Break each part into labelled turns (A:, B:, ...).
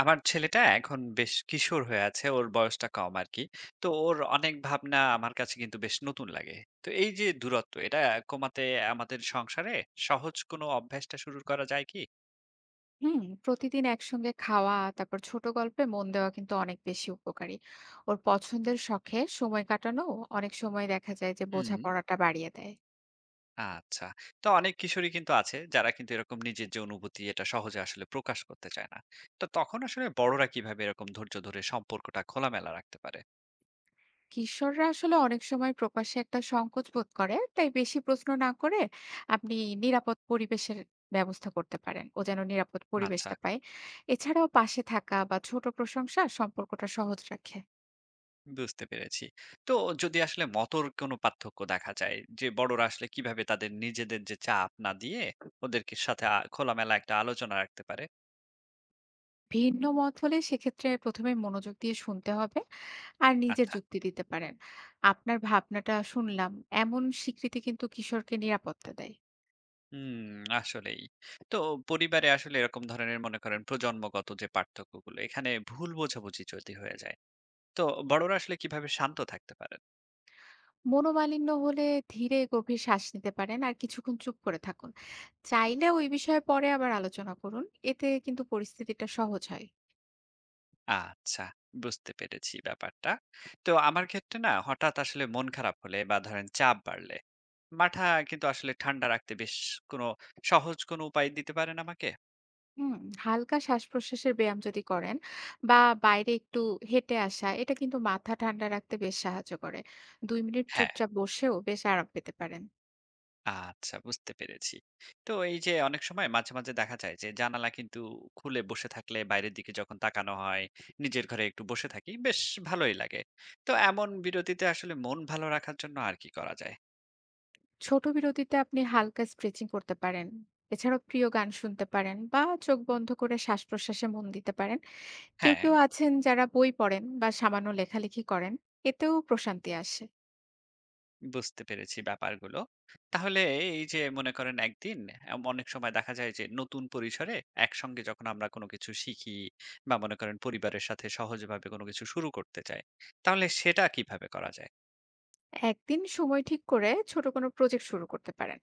A: আমার ছেলেটা এখন বেশ কিশোর হয়ে আছে, ওর বয়সটা কম আরকি। তো ওর অনেক ভাবনা আমার কাছে কিন্তু বেশ নতুন লাগে। তো এই যে দূরত্ব, এটা কমাতে আমাদের সংসারে সহজ কোনো অভ্যাসটা শুরু করা যায় কি?
B: হুম, প্রতিদিন একসঙ্গে খাওয়া তারপর ছোট গল্পে মন দেওয়া কিন্তু অনেক বেশি উপকারী। ওর পছন্দের শখে সময় কাটানো অনেক সময় দেখা যায় যে
A: হুম।
B: বোঝাপড়াটা বাড়িয়ে দেয়।
A: আচ্ছা। তো অনেক কিশোরী কিন্তু আছে যারা কিন্তু এরকম নিজের যে অনুভূতি এটা সহজে আসলে প্রকাশ করতে চায় না। তো তখন আসলে বড়রা কিভাবে এরকম ধৈর্য ধরে সম্পর্কটা খোলামেলা রাখতে পারে?
B: কিশোররা আসলে অনেক সময় প্রকাশ্যে একটা সংকোচ বোধ করে, তাই বেশি প্রশ্ন না করে আপনি নিরাপদ পরিবেশের ব্যবস্থা করতে পারেন, ও যেন নিরাপদ
A: আচ্ছা।
B: পরিবেশটা পায়। এছাড়াও পাশে থাকা বা ছোট প্রশংসা সম্পর্কটা সহজ রাখে।
A: বুঝতে পেরেছি। তো যদি আসলে মতর কোনো পার্থক্য দেখা যায় যে বড়রা আসলে কিভাবে তাদের নিজেদের যে চাপ না দিয়ে ওদেরকে সাথে খোলামেলা একটা আলোচনা রাখতে পারে।
B: ভিন্ন মত হলে সেক্ষেত্রে প্রথমে মনোযোগ দিয়ে শুনতে হবে, আর নিজের
A: আচ্ছা।
B: যুক্তি দিতে পারেন। আপনার ভাবনাটা শুনলাম। এমন স্বীকৃতি কিন্তু কিশোরকে নিরাপত্তা দেয়।
A: হুম, আসলেই। তো পরিবারে আসলে এরকম ধরনের মনে করেন প্রজন্মগত যে পার্থক্যগুলো এখানে ভুল বোঝাবুঝি যদি হয়ে যায়, তো বড়রা আসলে কিভাবে শান্ত থাকতে পারেন?
B: মনোমালিন্য হলে ধীরে গভীর শ্বাস নিতে পারেন আর কিছুক্ষণ চুপ করে থাকুন। চাইলে ওই বিষয়ে পরে আবার আলোচনা করুন। এতে কিন্তু পরিস্থিতিটা সহজ হয়।
A: আচ্ছা, বুঝতে পেরেছি ব্যাপারটা। তো আমার ক্ষেত্রে না হঠাৎ আসলে মন খারাপ হলে বা ধরেন চাপ বাড়লে মাঠা কিন্তু আসলে ঠান্ডা রাখতে বেশ কোনো সহজ কোনো উপায় দিতে পারেন আমাকে?
B: হুম, হালকা শ্বাসপ্রশ্বাসের ব্যায়াম যদি করেন বা বাইরে একটু হেঁটে আসা, এটা কিন্তু মাথা ঠান্ডা রাখতে বেশ সাহায্য করে। ২ মিনিট
A: হ্যাঁ।
B: চুপচাপ বসেও বেশ আরাম পেতে পারেন।
A: আচ্ছা বুঝতে পেরেছি। তো এই যে অনেক সময় মাঝে, মাঝে দেখা যায় যে জানালা কিন্তু খুলে বসে থাকলে বাইরের দিকে যখন তাকানো হয়, নিজের ঘরে একটু বসে থাকি বেশ ভালোই লাগে। তো এমন বিরতিতে আসলে মন ভালো রাখার জন্য আর কি করা যায়?
B: ছোট বিরতিতে আপনি হালকা স্ট্রেচিং করতে পারেন। এছাড়াও প্রিয় গান শুনতে পারেন বা চোখ বন্ধ করে শ্বাস প্রশ্বাসে মন দিতে পারেন। কেউ
A: হ্যাঁ।
B: কেউ আছেন যারা বই পড়েন বা সামান্য লেখালেখি করেন, এতেও প্রশান্তি আসে।
A: বুঝতে পেরেছি ব্যাপারগুলো। তাহলে এই যে মনে করেন একদিন অনেক সময় দেখা যায় যে নতুন পরিসরে একসঙ্গে যখন আমরা কোনো কিছু শিখি বা মনে করেন পরিবারের সাথে সহজভাবে কোনো কিছু শুরু করতে চাই, তাহলে সেটা কিভাবে করা যায়?
B: একদিন সময় ঠিক করে ছোট কোনো প্রজেক্ট শুরু করতে পারেন,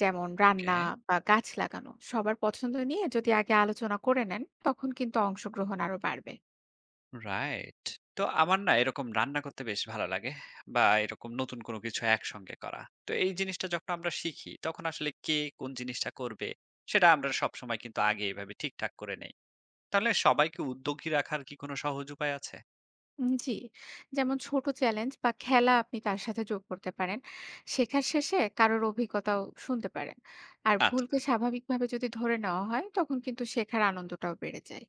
B: যেমন
A: ওকে,
B: রান্না বা গাছ লাগানো। সবার পছন্দ নিয়ে যদি আগে আলোচনা করে নেন তখন কিন্তু অংশগ্রহণ আরো বাড়বে।
A: রাইট। তো আমার না এরকম রান্না করতে বেশ ভালো লাগে বা এরকম নতুন কোনো কিছু একসঙ্গে করা। তো এই জিনিসটা যখন আমরা শিখি তখন আসলে কে কোন জিনিসটা করবে সেটা আমরা সবসময় কিন্তু আগে এভাবে ঠিকঠাক করে নেই। তাহলে সবাইকে উদ্যোগী রাখার কি কোনো সহজ উপায় আছে?
B: জি। যেমন ছোট চ্যালেঞ্জ বা খেলা আপনি তার সাথে যোগ করতে পারেন। শেখার শেষে কারোর অভিজ্ঞতাও শুনতে পারেন। আর
A: আচ্ছা,
B: ভুলকে স্বাভাবিকভাবে যদি ধরে নেওয়া হয়, তখন কিন্তু শেখার আনন্দটাও বেড়ে যায়।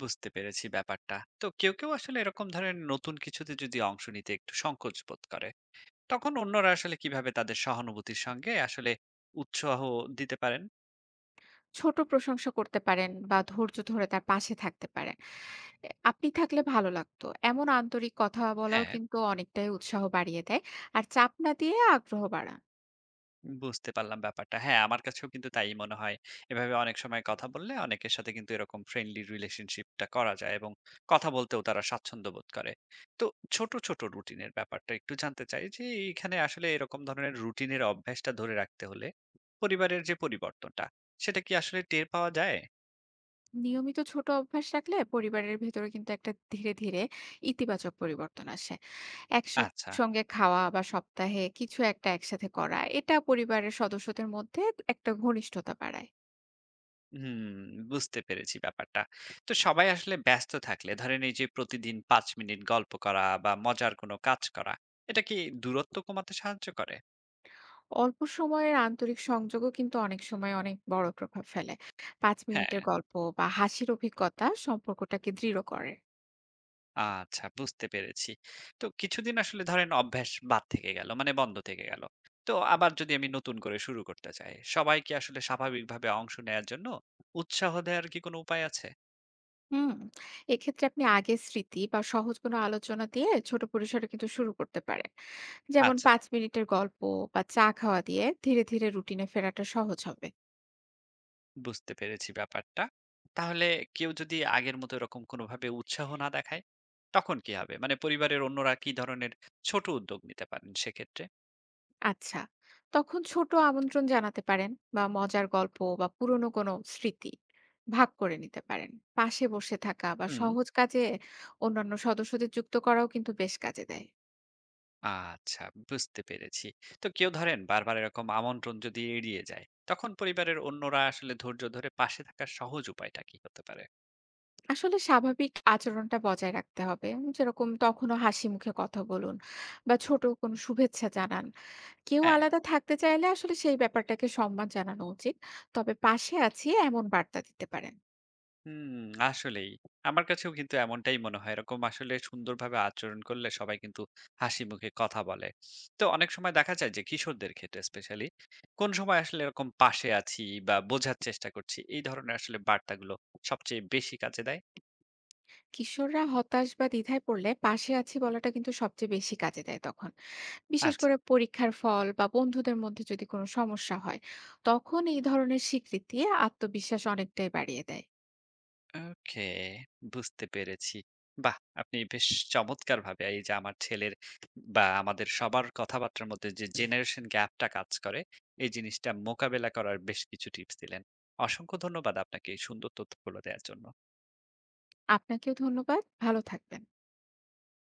A: বুঝতে পেরেছি ব্যাপারটা। তো কেউ, কেউ আসলে এরকম ধরেন নতুন কিছুতে যদি অংশ নিতে একটু সংকোচ বোধ করে, তখন অন্যরা আসলে কিভাবে তাদের সহানুভূতির সঙ্গে আসলে উৎসাহ দিতে পারেন?
B: ছোট প্রশংসা করতে পারেন বা ধৈর্য ধরে তার পাশে থাকতে পারেন। এ আপনি থাকলে ভালো লাগতো। এমন আন্তরিক কথা বলাও
A: হ্যাঁ।
B: কিন্তু অনেকটাই উৎসাহ বাড়িয়ে দেয়। আর চাপ না দিয়ে আগ্রহ বাড়ায়।
A: বুঝতে পারলাম ব্যাপারটা। হ্যাঁ, আমার কাছেও কিন্তু তাই মনে হয়। এভাবে অনেক সময় কথা বললে অনেকের সাথে কিন্তু এরকম ফ্রেন্ডলি রিলেশনশিপ টা করা যায় এবং কথা বলতেও তারা স্বাচ্ছন্দ্য বোধ করে। তো ছোট, ছোট রুটিনের ব্যাপারটা একটু জানতে চাই যে এখানে আসলে এরকম ধরনের রুটিনের অভ্যাসটা ধরে রাখতে হলে পরিবারের যে পরিবর্তনটা সেটা কি আসলে টের পাওয়া যায়?
B: নিয়মিত ছোট অভ্যাস রাখলে পরিবারের ভেতরে কিন্তু একটা ধীরে ধীরে ইতিবাচক পরিবর্তন আসে। এক
A: আচ্ছা।
B: সঙ্গে খাওয়া বা সপ্তাহে কিছু একটা একসাথে করা, এটা পরিবারের সদস্যদের মধ্যে একটা ঘনিষ্ঠতা বাড়ায়।
A: হুম, বুঝতে পেরেছি ব্যাপারটা। তো সবাই আসলে ব্যস্ত থাকলে ধরেন এই যে প্রতিদিন ৫ মিনিট গল্প করা বা মজার কোনো কাজ করা, এটা কি দূরত্ব কমাতে সাহায্য করে?
B: অল্প সময়ের আন্তরিক সংযোগও কিন্তু অনেক সময় অনেক বড় প্রভাব ফেলে। পাঁচ
A: হ্যাঁ,
B: মিনিটের গল্প বা হাসির অভিজ্ঞতা সম্পর্কটাকে দৃঢ় করে।
A: আচ্ছা বুঝতে পেরেছি। তো কিছুদিন আসলে ধরেন অভ্যাস বাদ থেকে গেল, মানে বন্ধ থেকে গেল। তো আবার যদি আমি নতুন করে শুরু করতে চাই, সবাই কি আসলে স্বাভাবিকভাবে অংশ নেয়ার জন্য উৎসাহ দেওয়ার কি কোনো উপায় আছে?
B: হুম, এক্ষেত্রে আপনি আগের স্মৃতি বা সহজ কোনো আলোচনা দিয়ে ছোট পরিসরে কিন্তু শুরু করতে পারেন, যেমন
A: আচ্ছা।
B: ৫ মিনিটের গল্প বা চা খাওয়া দিয়ে। ধীরে ধীরে রুটিনে ফেরাটা সহজ হবে।
A: বুঝতে পেরেছি ব্যাপারটা। তাহলে কেউ যদি আগের মতো এরকম কোনোভাবে উৎসাহ না দেখায়, তখন কি হবে? মানে পরিবারের অন্যরা কি ধরনের ছোট উদ্যোগ নিতে পারেন সেক্ষেত্রে?
B: আচ্ছা, তখন ছোট আমন্ত্রণ জানাতে পারেন বা মজার গল্প বা পুরনো কোনো স্মৃতি ভাগ করে নিতে পারেন। পাশে বসে থাকা বা
A: হুম।
B: সহজ কাজে অন্যান্য সদস্যদের যুক্ত করাও কিন্তু বেশ কাজে দেয়।
A: আচ্ছা, বুঝতে পেরেছি। তো কেউ ধরেন বারবার এরকম আমন্ত্রণ যদি এড়িয়ে যায়, তখন পরিবারের অন্যরা আসলে ধৈর্য ধরে পাশে থাকার সহজ উপায়টা কি হতে পারে?
B: আসলে স্বাভাবিক আচরণটা বজায় রাখতে হবে। যেরকম তখনও হাসি মুখে কথা বলুন বা ছোট কোনো শুভেচ্ছা জানান। কেউ
A: হ্যাঁ।
B: আলাদা থাকতে চাইলে আসলে সেই ব্যাপারটাকে সম্মান জানানো উচিত। তবে পাশে আছি এমন বার্তা দিতে পারেন।
A: হুম, আসলেই। আমার কাছেও কিন্তু এমনটাই মনে হয়। এরকম আসলে সুন্দরভাবে আচরণ করলে সবাই কিন্তু হাসিমুখে কথা বলে। তো অনেক সময় দেখা যায় যে কিশোরদের ক্ষেত্রে স্পেশালি, কোন সময় আসলে এরকম পাশে আছি বা বোঝার চেষ্টা করছি, এই ধরনের আসলে বার্তাগুলো সবচেয়ে বেশি কাজে দেয়?
B: কিশোররা হতাশ বা দ্বিধায় পড়লে পাশে আছি বলাটা কিন্তু সবচেয়ে বেশি কাজে দেয় তখন। বিশেষ
A: আচ্ছা।
B: করে পরীক্ষার ফল বা বন্ধুদের মধ্যে যদি কোনো সমস্যা হয়, তখন এই ধরনের স্বীকৃতি আত্মবিশ্বাস অনেকটাই বাড়িয়ে দেয়।
A: ওকে, বুঝতে পেরেছি। বাহ! আপনি বেশ চমৎকারভাবে এই যে আমার ছেলের বা আমাদের সবার কথাবার্তার মধ্যে যে জেনারেশন গ্যাপটা কাজ করে, এই জিনিসটা মোকাবেলা করার বেশ কিছু টিপস দিলেন। অসংখ্য ধন্যবাদ আপনাকে এই সুন্দর তথ্যগুলো দেওয়ার জন্য।
B: আপনাকেও ধন্যবাদ। ভালো থাকবেন।